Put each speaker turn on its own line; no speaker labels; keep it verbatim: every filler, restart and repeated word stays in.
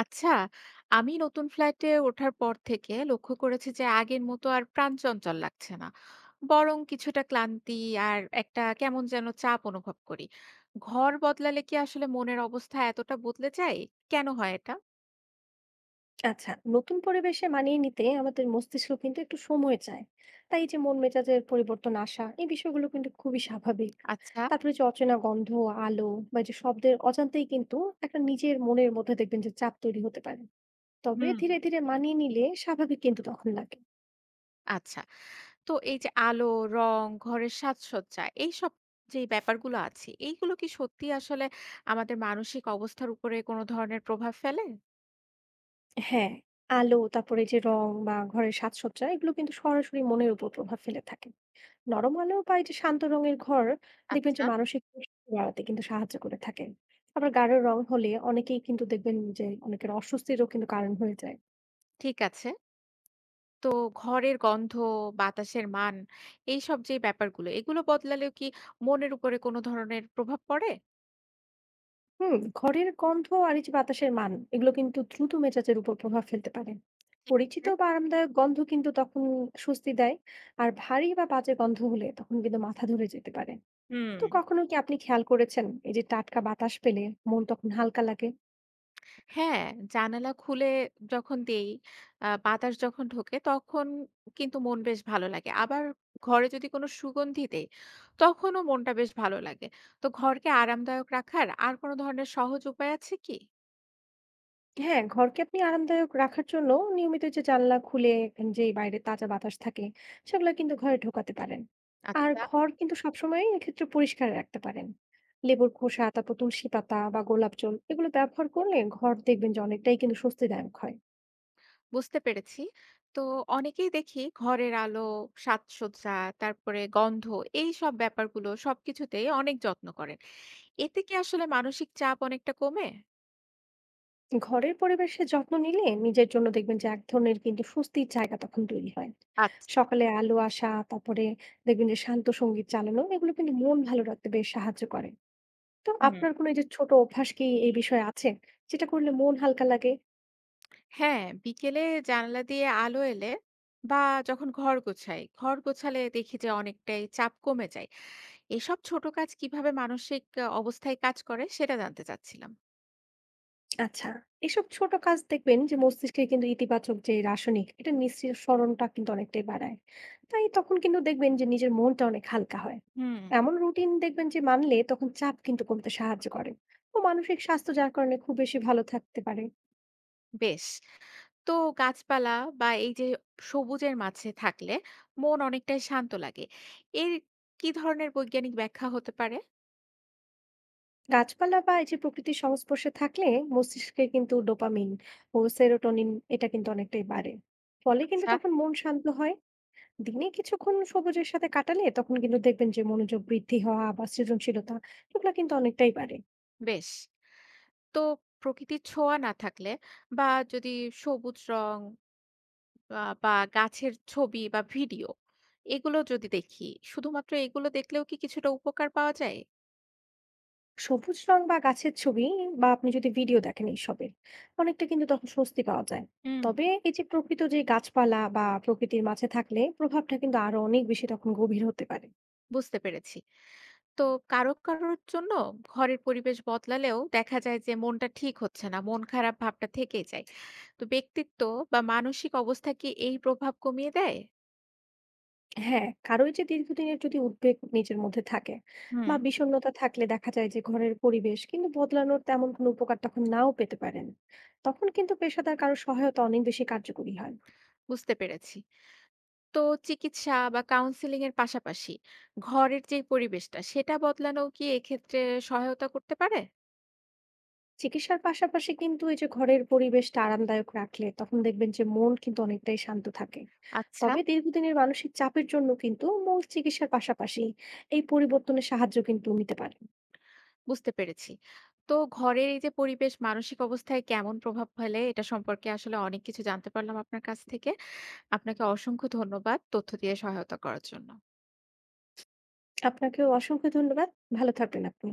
আচ্ছা, আমি নতুন ফ্ল্যাটে ওঠার পর থেকে লক্ষ্য করেছি যে আগের মতো আর প্রাণচঞ্চল লাগছে না। বরং কিছুটা ক্লান্তি আর একটা কেমন যেন চাপ অনুভব করি। ঘর বদলালে কি আসলে মনের অবস্থা এতটা বদলে যায়? কেন হয় এটা?
আচ্ছা নতুন পরিবেশে মানিয়ে নিতে আমাদের মস্তিষ্ক কিন্তু একটু সময় চায়। তাই এই যে মন মেজাজের পরিবর্তন আসা এই বিষয়গুলো কিন্তু খুবই স্বাভাবিক।
আচ্ছা।
তারপরে যে অচেনা গন্ধ, আলো বা যে শব্দের অজান্তেই কিন্তু একটা নিজের মনের মধ্যে দেখবেন যে চাপ তৈরি হতে পারে। তবে
হুম।
ধীরে ধীরে মানিয়ে নিলে স্বাভাবিক কিন্তু তখন লাগে।
আচ্ছা। তো এই যে আলো, রং, ঘরের সাজসজ্জা এইসব যেই ব্যাপারগুলো আছে, এইগুলো কি সত্যি আসলে আমাদের মানসিক অবস্থার উপরে কোনো ধরনের প্রভাব ফেলে?
হ্যাঁ, আলো তারপরে যে রং বা ঘরের সাজসজ্জা এগুলো কিন্তু সরাসরি মনের উপর প্রভাব ফেলে থাকে। নরম আলো বা এই যে শান্ত রঙের ঘর দেখবেন যে
আচ্ছা,
মানসিক প্রশান্তি বাড়াতে কিন্তু সাহায্য করে থাকে। আবার গাঢ় রং হলে অনেকেই কিন্তু দেখবেন যে অনেকের অস্বস্তিরও কিন্তু কারণ হয়ে যায়।
ঠিক আছে। তো ঘরের গন্ধ, বাতাসের মান এইসব যে ব্যাপারগুলো, এগুলো বদলালেও কি মনের উপরে কোনো ধরনের প্রভাব পড়ে?
হুম, ঘরের গন্ধ আর এই যে বাতাসের মান এগুলো কিন্তু দ্রুত মেজাজের উপর প্রভাব ফেলতে পারে। পরিচিত বা আরামদায়ক গন্ধ কিন্তু তখন স্বস্তি দেয়। আর ভারী বা বাজে গন্ধ হলে তখন কিন্তু মাথা ধরে যেতে পারে।
হুম।
তো কখনো কি আপনি খেয়াল করেছেন এই যে টাটকা বাতাস পেলে মন তখন হালকা লাগে?
হ্যাঁ, জানালা খুলে যখন দেই, আ বাতাস যখন ঢোকে তখন কিন্তু মন বেশ ভালো লাগে। আবার ঘরে যদি কোনো সুগন্ধি দেই, তখনও মনটা বেশ ভালো লাগে। তো ঘরকে আরামদায়ক রাখার আর কোনো ধরনের সহজ উপায় আছে কি?
হ্যাঁ, ঘরকে আপনি আরামদায়ক রাখার জন্য নিয়মিত যে জানলা খুলে যেই বাইরে তাজা বাতাস থাকে সেগুলো কিন্তু ঘরে ঢোকাতে পারেন। আর
আচ্ছা।
ঘর কিন্তু সবসময় এক্ষেত্রে পরিষ্কার রাখতে পারেন। লেবুর খোসা তারপর তুলসী পাতা বা গোলাপ জল এগুলো ব্যবহার করলে ঘর দেখবেন যে অনেকটাই কিন্তু স্বস্তিদায়ক হয়।
বুঝতে পেরেছি। তো অনেকেই দেখি ঘরের আলো, সাজসজ্জা, তারপরে গন্ধ এই সব ব্যাপারগুলো সবকিছুতেই অনেক যত্ন করেন। এতে কি আসলে মানসিক চাপ অনেকটা কমে?
ঘরের পরিবেশের যত্ন নিলে নিজের জন্য দেখবেন যে এক ধরনের কিন্তু স্বস্তির জায়গা তখন তৈরি হয়।
আচ্ছা।
সকালে আলো আসা তারপরে দেখবেন যে শান্ত সঙ্গীত চালানো এগুলো কিন্তু মন ভালো রাখতে বেশ সাহায্য করে। তো
হুম,
আপনার কোনো এই যে ছোট অভ্যাস কি এই বিষয়ে আছে? যেটা করলে মন হালকা লাগে?
হ্যাঁ, বিকেলে জানালা দিয়ে আলো এলে বা যখন ঘর গোছাই, ঘর গোছালে দেখি যে অনেকটাই চাপ কমে যায়। এসব ছোট কাজ কিভাবে মানসিক আ অবস্থায় কাজ করে সেটা জানতে চাচ্ছিলাম।
আচ্ছা, এসব ছোট কাজ দেখবেন যে মস্তিষ্কে কিন্তু ইতিবাচক যে রাসায়নিক এটা নিঃসরণটা কিন্তু অনেকটাই বাড়ায়। তাই তখন কিন্তু দেখবেন যে নিজের মনটা অনেক হালকা হয়।
হুম।
এমন রুটিন দেখবেন যে মানলে তখন চাপ কিন্তু কমতে সাহায্য করে ও মানসিক স্বাস্থ্য যার কারণে খুব বেশি ভালো থাকতে পারে।
বেশ। তো গাছপালা বা এই যে সবুজের মাঝে থাকলে মন অনেকটাই শান্ত লাগে। এর কি ধরনের বৈজ্ঞানিক ব্যাখ্যা হতে পারে?
গাছপালা বা এই যে প্রকৃতির সংস্পর্শে থাকলে মস্তিষ্কে কিন্তু ডোপামিন ও সেরোটোনিন এটা কিন্তু অনেকটাই বাড়ে। ফলে কিন্তু
আচ্ছা।
তখন মন শান্ত হয়। দিনে কিছুক্ষণ সবুজের সাথে কাটালে তখন কিন্তু দেখবেন যে মনোযোগ বৃদ্ধি হওয়া বা সৃজনশীলতা এগুলো কিন্তু অনেকটাই বাড়ে।
বেশ। তো প্রকৃতির ছোঁয়া না থাকলে বা যদি সবুজ রং আ বা গাছের ছবি বা ভিডিও এগুলো যদি দেখি, শুধুমাত্র এগুলো দেখলেও কি কিছুটা উপকার পাওয়া যায়?
সবুজ রং বা গাছের ছবি বা আপনি যদি ভিডিও দেখেন এইসবের অনেকটা কিন্তু তখন স্বস্তি পাওয়া যায়।
হুম।
তবে এই যে প্রকৃত যে গাছপালা বা প্রকৃতির মাঝে থাকলে প্রভাবটা কিন্তু আরো অনেক বেশি তখন গভীর হতে পারে।
বুঝতে পেরেছি। তো কারো কারোর জন্য ঘরের পরিবেশ বদলালেও দেখা যায় যে মনটা ঠিক হচ্ছে না, মন খারাপ ভাবটা থেকেই যায়। তো ব্যক্তিত্ব বা মানসিক অবস্থা কি এই প্রভাব কমিয়ে দেয়?
হ্যাঁ, কারোই যে দীর্ঘদিনের যদি উদ্বেগ নিজের মধ্যে থাকে
হুম।
বা বিষণ্ণতা থাকলে দেখা যায় যে ঘরের পরিবেশ কিন্তু বদলানোর তেমন কোনো উপকার তখন নাও পেতে পারেন। তখন কিন্তু পেশাদার কারো সহায়তা অনেক বেশি কার্যকরী হয়।
বুঝতে পেরেছি। তো চিকিৎসা বা কাউন্সিলিং এর পাশাপাশি ঘরের যে পরিবেশটা সেটা বদলানো কি এক্ষেত্রে সহায়তা করতে পারে?
চিকিৎসার পাশাপাশি কিন্তু এই যে ঘরের পরিবেশটা আরামদায়ক রাখলে তখন দেখবেন যে মন কিন্তু অনেকটাই শান্ত থাকে।
আচ্ছা।
তবে দীর্ঘদিনের মানসিক চাপের জন্য কিন্তু মূল চিকিৎসার পাশাপাশি এই পরিবর্তনের সাহায্য কিন্তু নিতে পারে।
বুঝতে পেরেছি। তো ঘরের এই যে পরিবেশ মানসিক অবস্থায় কেমন প্রভাব ফেলে এটা সম্পর্কে আসলে অনেক কিছু জানতে পারলাম আপনার কাছ থেকে। আপনাকে অসংখ্য ধন্যবাদ তথ্য দিয়ে সহায়তা করার জন্য।
আপনাকেও অসংখ্য ধন্যবাদ। ভালো থাকবেন আপনি।